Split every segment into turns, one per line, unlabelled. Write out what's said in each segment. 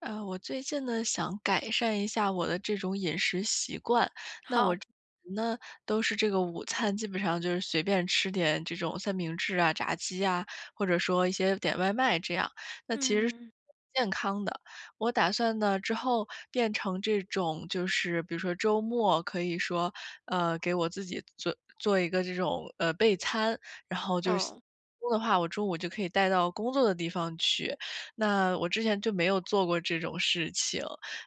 我最近呢想改善一下我的这种饮食习惯。那我
好，
之前呢都是这个午餐基本上就是随便吃点这种三明治啊、炸鸡啊，或者说一些点外卖这样。那其实。
嗯，
健康的，我打算呢之后变成这种，就是比如说周末可以说，给我自己做一个这种备餐，然后就是
哦，
中的话，我中午就可以带到工作的地方去，那我之前就没有做过这种事情。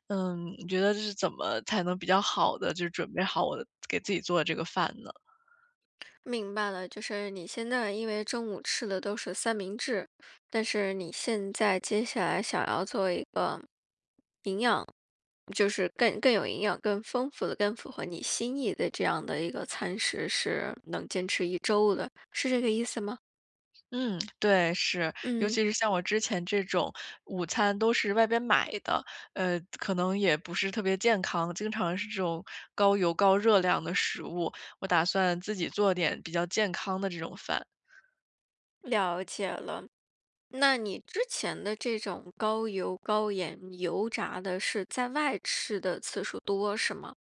嗯，你觉得这是怎么才能比较好的，就准备好我的给自己做的这个饭呢？
明白了，就是你现在因为中午吃的都是三明治，但是你现在接下来想要做一个营养，就是更有营养、更丰富的、更符合你心意的这样的一个餐食，是能坚持一周的，是这个意思吗？
嗯，对，是，尤
嗯，
其是像我之前这种午餐都是外边买的，可能也不是特别健康，经常是这种高油高热量的食物，我打算自己做点比较健康的这种饭。
了解了。那你之前的这种高油、高盐、油炸的，是在外吃的次数多是吗？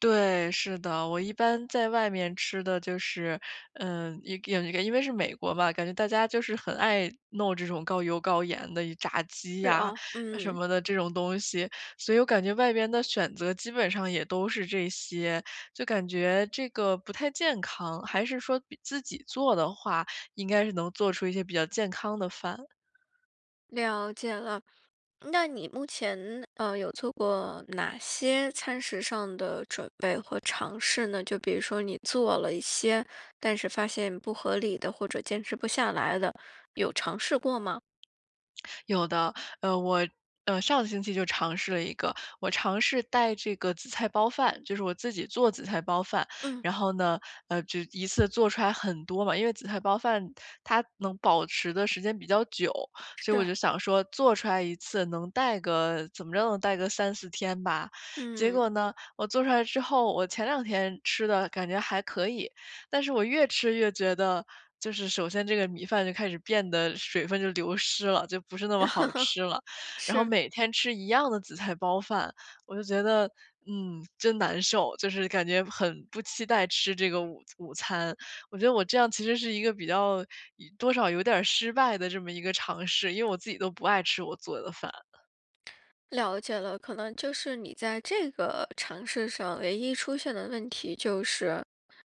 对，是的，我一般在外面吃的就是，嗯，一个一个，因为是美国嘛，感觉大家就是很爱弄这种高油高盐的炸鸡
是
呀、
啊，
什
嗯。
么的这种东西，所以我感觉外边的选择基本上也都是这些，就感觉这个不太健康，还是说比自己做的话，应该是能做出一些比较健康的饭。
了解了。那你目前有做过哪些餐食上的准备和尝试呢？就比如说你做了一些，但是发现不合理的或者坚持不下来的，有尝试过吗？
有的，呃，我上个星期就尝试了一个，我尝试带这个紫菜包饭，就是我自己做紫菜包饭，
嗯，
然后呢，就一次做出来很多嘛，因为紫菜包饭它能保持的时间比较久，所以我
是，
就想说做出来一次能带个三四天吧。结
嗯，
果呢，我做出来之后，我前两天吃的感觉还可以，但是我越吃越觉得，就是首先这个米饭就开始变得水分就流失了，就不是那么好 吃了。然后
是。
每天吃一样的紫菜包饭，我就觉得，嗯，真难受，就是感觉很不期待吃这个午餐。我觉得我这样其实是一个比较多少有点儿失败的这么一个尝试，因为我自己都不爱吃我做的饭。
了解了，可能就是你在这个尝试上唯一出现的问题就是，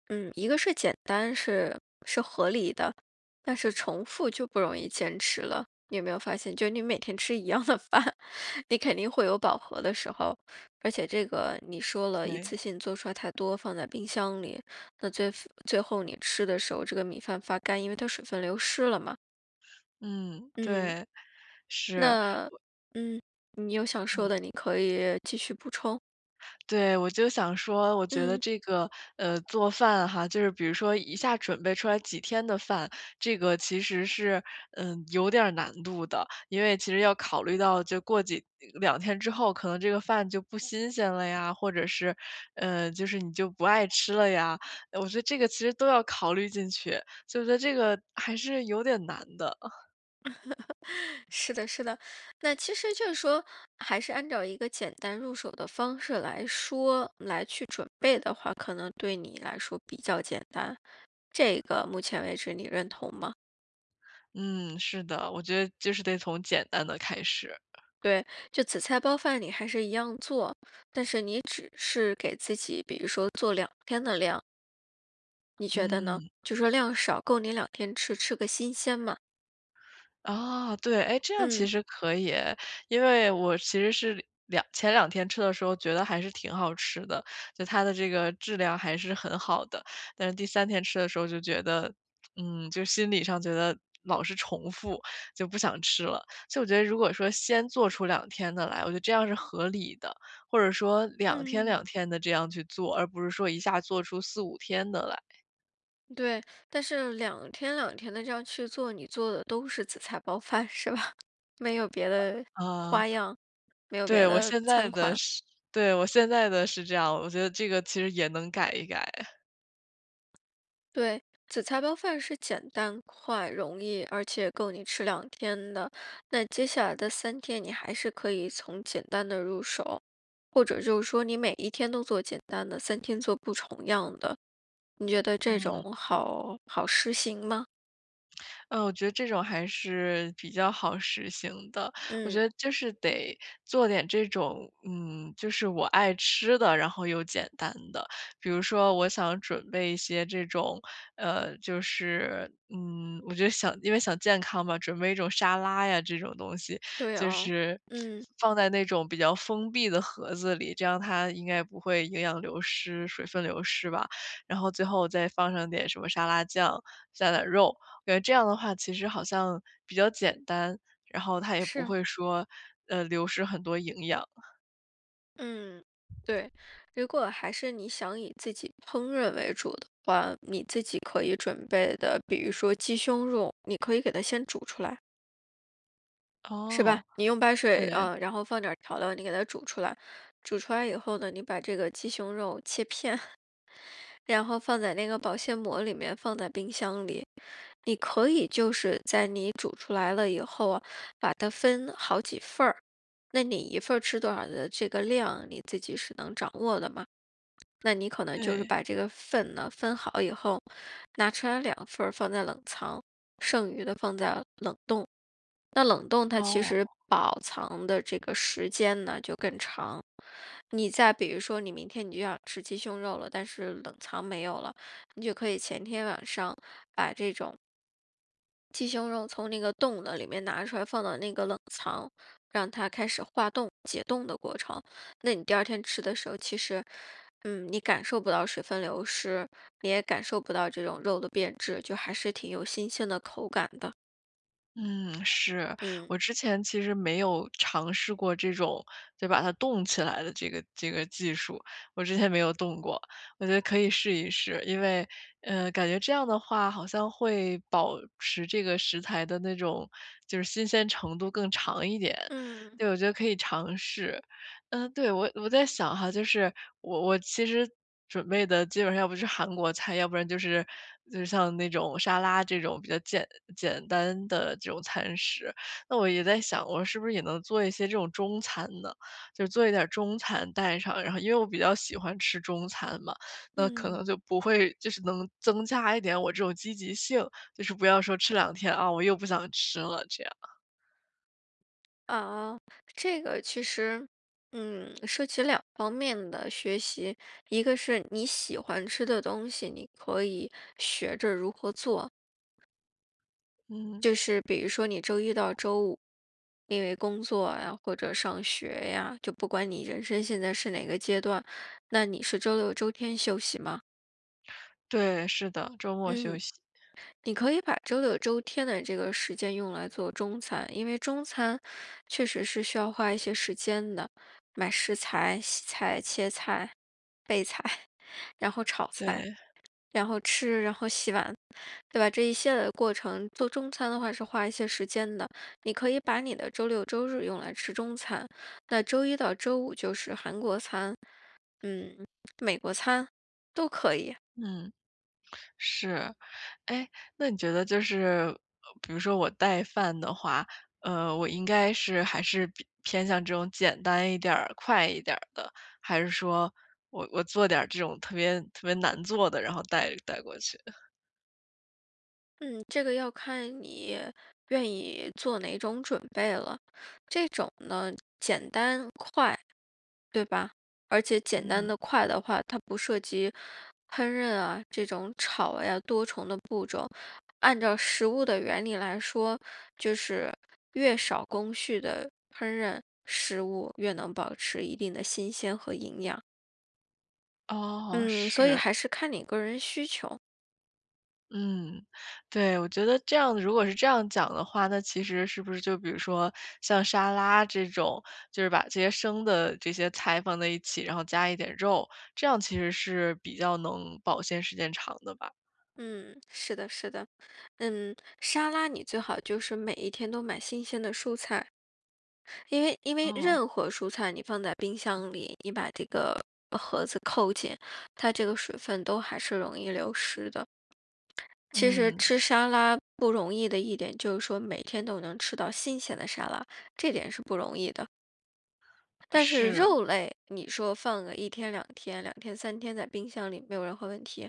嗯，一个是简单是合理的，但是重复就不容易坚持了。你有没有发现，就你每天吃一样的饭，你肯定会有饱和的时候，而且这个你说了一次
对，
性做出来太多，放在冰箱里，那最后你吃的时候，这个米饭发干，因为它水分流失了嘛，
嗯，
嗯。
对，是，
那嗯，你有想说
嗯。
的，你可以继续补充。
对，我就想说，我觉得
嗯，
这个，做饭哈，就是比如说一下准备出来几天的饭，这个其实是，嗯，有点儿难度的，因为其实要考虑到，就过几两天之后，可能这个饭就不新鲜了呀，或者是，就是你就不爱吃了呀，我觉得这个其实都要考虑进去，所以我觉得这个还是有点难的。
是的，是的。那其实就是说，还是按照一个简单入手的方式来说，来去准备的话，可能对你来说比较简单。这个目前为止你认同吗？
嗯，是的，我觉得就是得从简单的开始，
对，就紫菜包饭你还是一样做，但是你只是给自己，比如说做两天的量，你觉得呢？
嗯。
就说量少，够你两天吃，吃个新鲜嘛。
啊，对，哎，这样其
嗯。
实可以诶。因为我其实是前两天吃的时候觉得还是挺好吃的，就它的这个质量还是很好的。但是第三天吃的时候就觉得，嗯，就心理上觉得老是重复，就不想吃了。所以我觉得如果说先做出两天的来，我觉得这样是合理的，或者说两天
嗯。
两天的这样去做，而不是说一下做出四五天的来，
对，但是两天两天的这样去做，你做的都是紫菜包饭 是吧？没有别的
啊。
花样，没有别
对，我
的
现在
餐
的
款。
是对，我现在的是这样，我觉得这个其实也能改一改。
对，紫菜包饭是简单、快、容易，而且够你吃两天的。那接下来的三天，你还是可以从简单的入手，或者就是说你每一天都做简单的，三天做不重样的。你觉得这种好好实行吗？
嗯，我觉得这种还是比较好实行的。我觉
嗯，
得就是得做点这种，嗯，就是我爱吃的，然后又简单的。比如说，我想准备一些这种，我觉得想因为想健康嘛，准备一种沙拉呀这种东西，
对
就
哦，
是
嗯，
放在那种比较封闭的盒子里，这样它应该不会营养流失、水分流失吧。然后最后再放上点什么沙拉酱，下点肉。对，这样的话其实好像比较简单，然后它也不
是。
会说，流失很多营养。
嗯，对，如果还是你想以自己烹饪为主的话，你自己可以准备的，比如说鸡胸肉，你可以给它先煮出来，是吧？
哦，
你用白水，
对，
啊，然后放点儿调料，你给它煮出来。煮出来以后呢，你把这个鸡胸肉切片，然后放在那个保鲜膜里面，放在冰箱里。你可以就是在你煮出来了以后啊，把它分好几份儿。那你一份儿吃多少的这个量，你自己是能掌握的嘛？那你可能就是
对，
把这个份呢分好以后，拿出来两份儿放在冷藏，剩余的放在冷冻。那冷冻它其
哦，
实保藏的这个时间呢就更长。你再比如说，你明天你就要吃鸡胸肉了，但是冷藏没有了，你就可以前天晚上鸡胸肉从那个冻的里面拿出来，放到那个冷藏，让它开始化冻、解冻的过程。那你第二天吃的时候，其实，嗯，你感受不到水分流失，你也感受不到这种肉的变质，就还是挺有新鲜的口感的。
嗯，是。
嗯
我之前其实没有尝试过这种，就把它冻起来的这个技术，我之前没有冻过，我觉得可以试一试。因为，感觉这样的话好像会保持这个食材的那种，就是新鲜程度更长一点。
嗯
对，我觉得可以尝试。嗯，对，我在想哈，就是我其实准备的基本上要不是韩国菜，要不然就是像那种沙拉这种比较简单的这种餐食。那我也在想，我是不是也能做一些这种中餐呢？就是做一点儿中餐带上，然后因为我比较喜欢吃中餐嘛，那可能
嗯
就不会能增加一点我这种积极性，就是不要说吃两天啊，我又不想吃了这样。
啊，这个其实，嗯，涉及两方面的学习，一个是你喜欢吃的东西，你可以学着如何做。
嗯，
就是比如说你周一到周五，因为工作呀或者上学呀，就不管你人生现在是哪个阶段，那你是周六周天休息吗？
对，是的，周末休
嗯，
息，
你可以把周六周天的这个时间用来做中餐，因为中餐确实是需要花一些时间的，买食材、洗菜、切菜、备菜，然后炒菜。
对，
然后吃，然后洗碗，对吧？这一系列的过程，做中餐的话是花一些时间的。你可以把你的周六周日用来吃中餐，那周一到周五就是韩国餐，嗯，美国餐都可以。
嗯。是，哎，那你觉得就是，比如说我带饭的话，我应该是还是比偏向这种简单一点儿、快一点儿的，还是说我做点儿这种特别特别难做的，然后带过去？
嗯，这个要看你愿意做哪种准备了。这种呢，简单快。对吧？而且简单
嗯，
的快的话，它不涉及烹饪啊这种炒呀多重的步骤。按照食物的原理来说，就是越少工序的烹饪食物，越能保持一定的新鲜和营养。
哦，
嗯，所以
是。
还是看你个人需求。
嗯，对，我觉得这样如果是这样讲的话，那其实是不是就比如说像沙拉这种，就是把这些菜放在一起，然后加一点肉，这样其实是比较能保鲜时间长的吧？
嗯，是的，是的。嗯，沙拉你最好就是每一天都买新鲜的蔬菜。因为
哦，
任何蔬菜你放在冰箱里，你把这个盒子扣紧，它这个水分都还是容易流失的。其实
嗯，
吃沙拉不容易的一点就是说每天都能吃到新鲜的沙拉，这点是不容易的。但是
是。
肉类，你说放个一天两天、两天三天在冰箱里没有任何问题。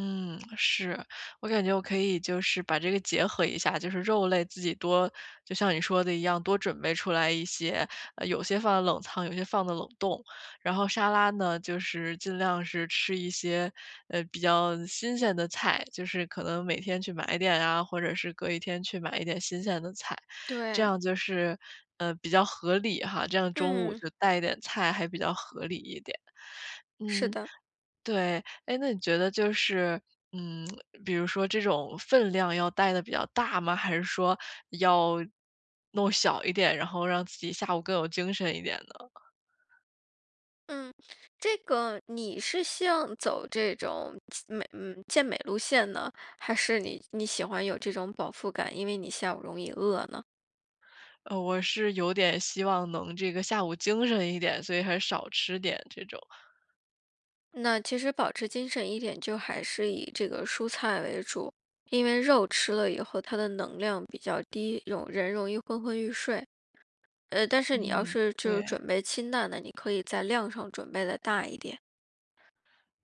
嗯，是，我感觉我可以就是把这个结合一下，就是肉类自己多，就像你说的一样，多准备出来一些，有些放冷藏，有些放的冷冻。然后沙拉呢，就是尽量是吃一些，比较新鲜的菜，就是可能每天去买一点啊，或者是隔一天去买一点新鲜的菜，这
对，
样就是，比较合理哈，这样中午
嗯，
就带一点菜还比较合理一点。
是
嗯。
的。
对，哎，那你觉得就是，嗯，比如说这种分量要带的比较大吗？还是说要弄小一点，然后让自己下午更有精神一点呢？
嗯，这个你是希望走这种美嗯健美路线呢，还是你喜欢有这种饱腹感，因为你下午容易饿呢？
我是有点希望能这个下午精神一点，所以还是少吃点这种。
那其实保持精神一点，就还是以这个蔬菜为主，因为肉吃了以后，它的能量比较低，容人容易昏昏欲睡。呃，但是你
嗯，
要是就是
对。
准备清淡的，你可以在量上准备的大一点。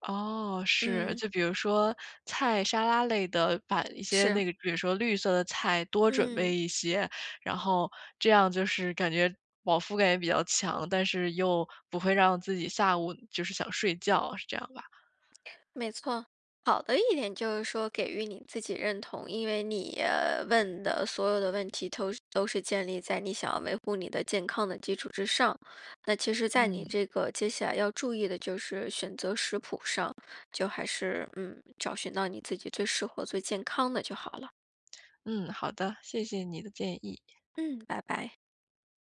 哦，是，
嗯，
就比如说菜沙拉类的，把一些
是，
那个比如说绿色的菜多准备
嗯。
一些，然后这样就是感觉饱腹感也比较强，但是又不会让自己下午就是想睡觉，是这样吧？
没错，好的一点就是说给予你自己认同，因为你问的所有的问题都是建立在你想要维护你的健康的基础之上。那其实，在你
嗯
这个接下来要注意的就是选择食谱上，就还是嗯找寻到你自己最适合、最健康的就好了。
嗯，好的，谢谢你的建议。
嗯，拜拜。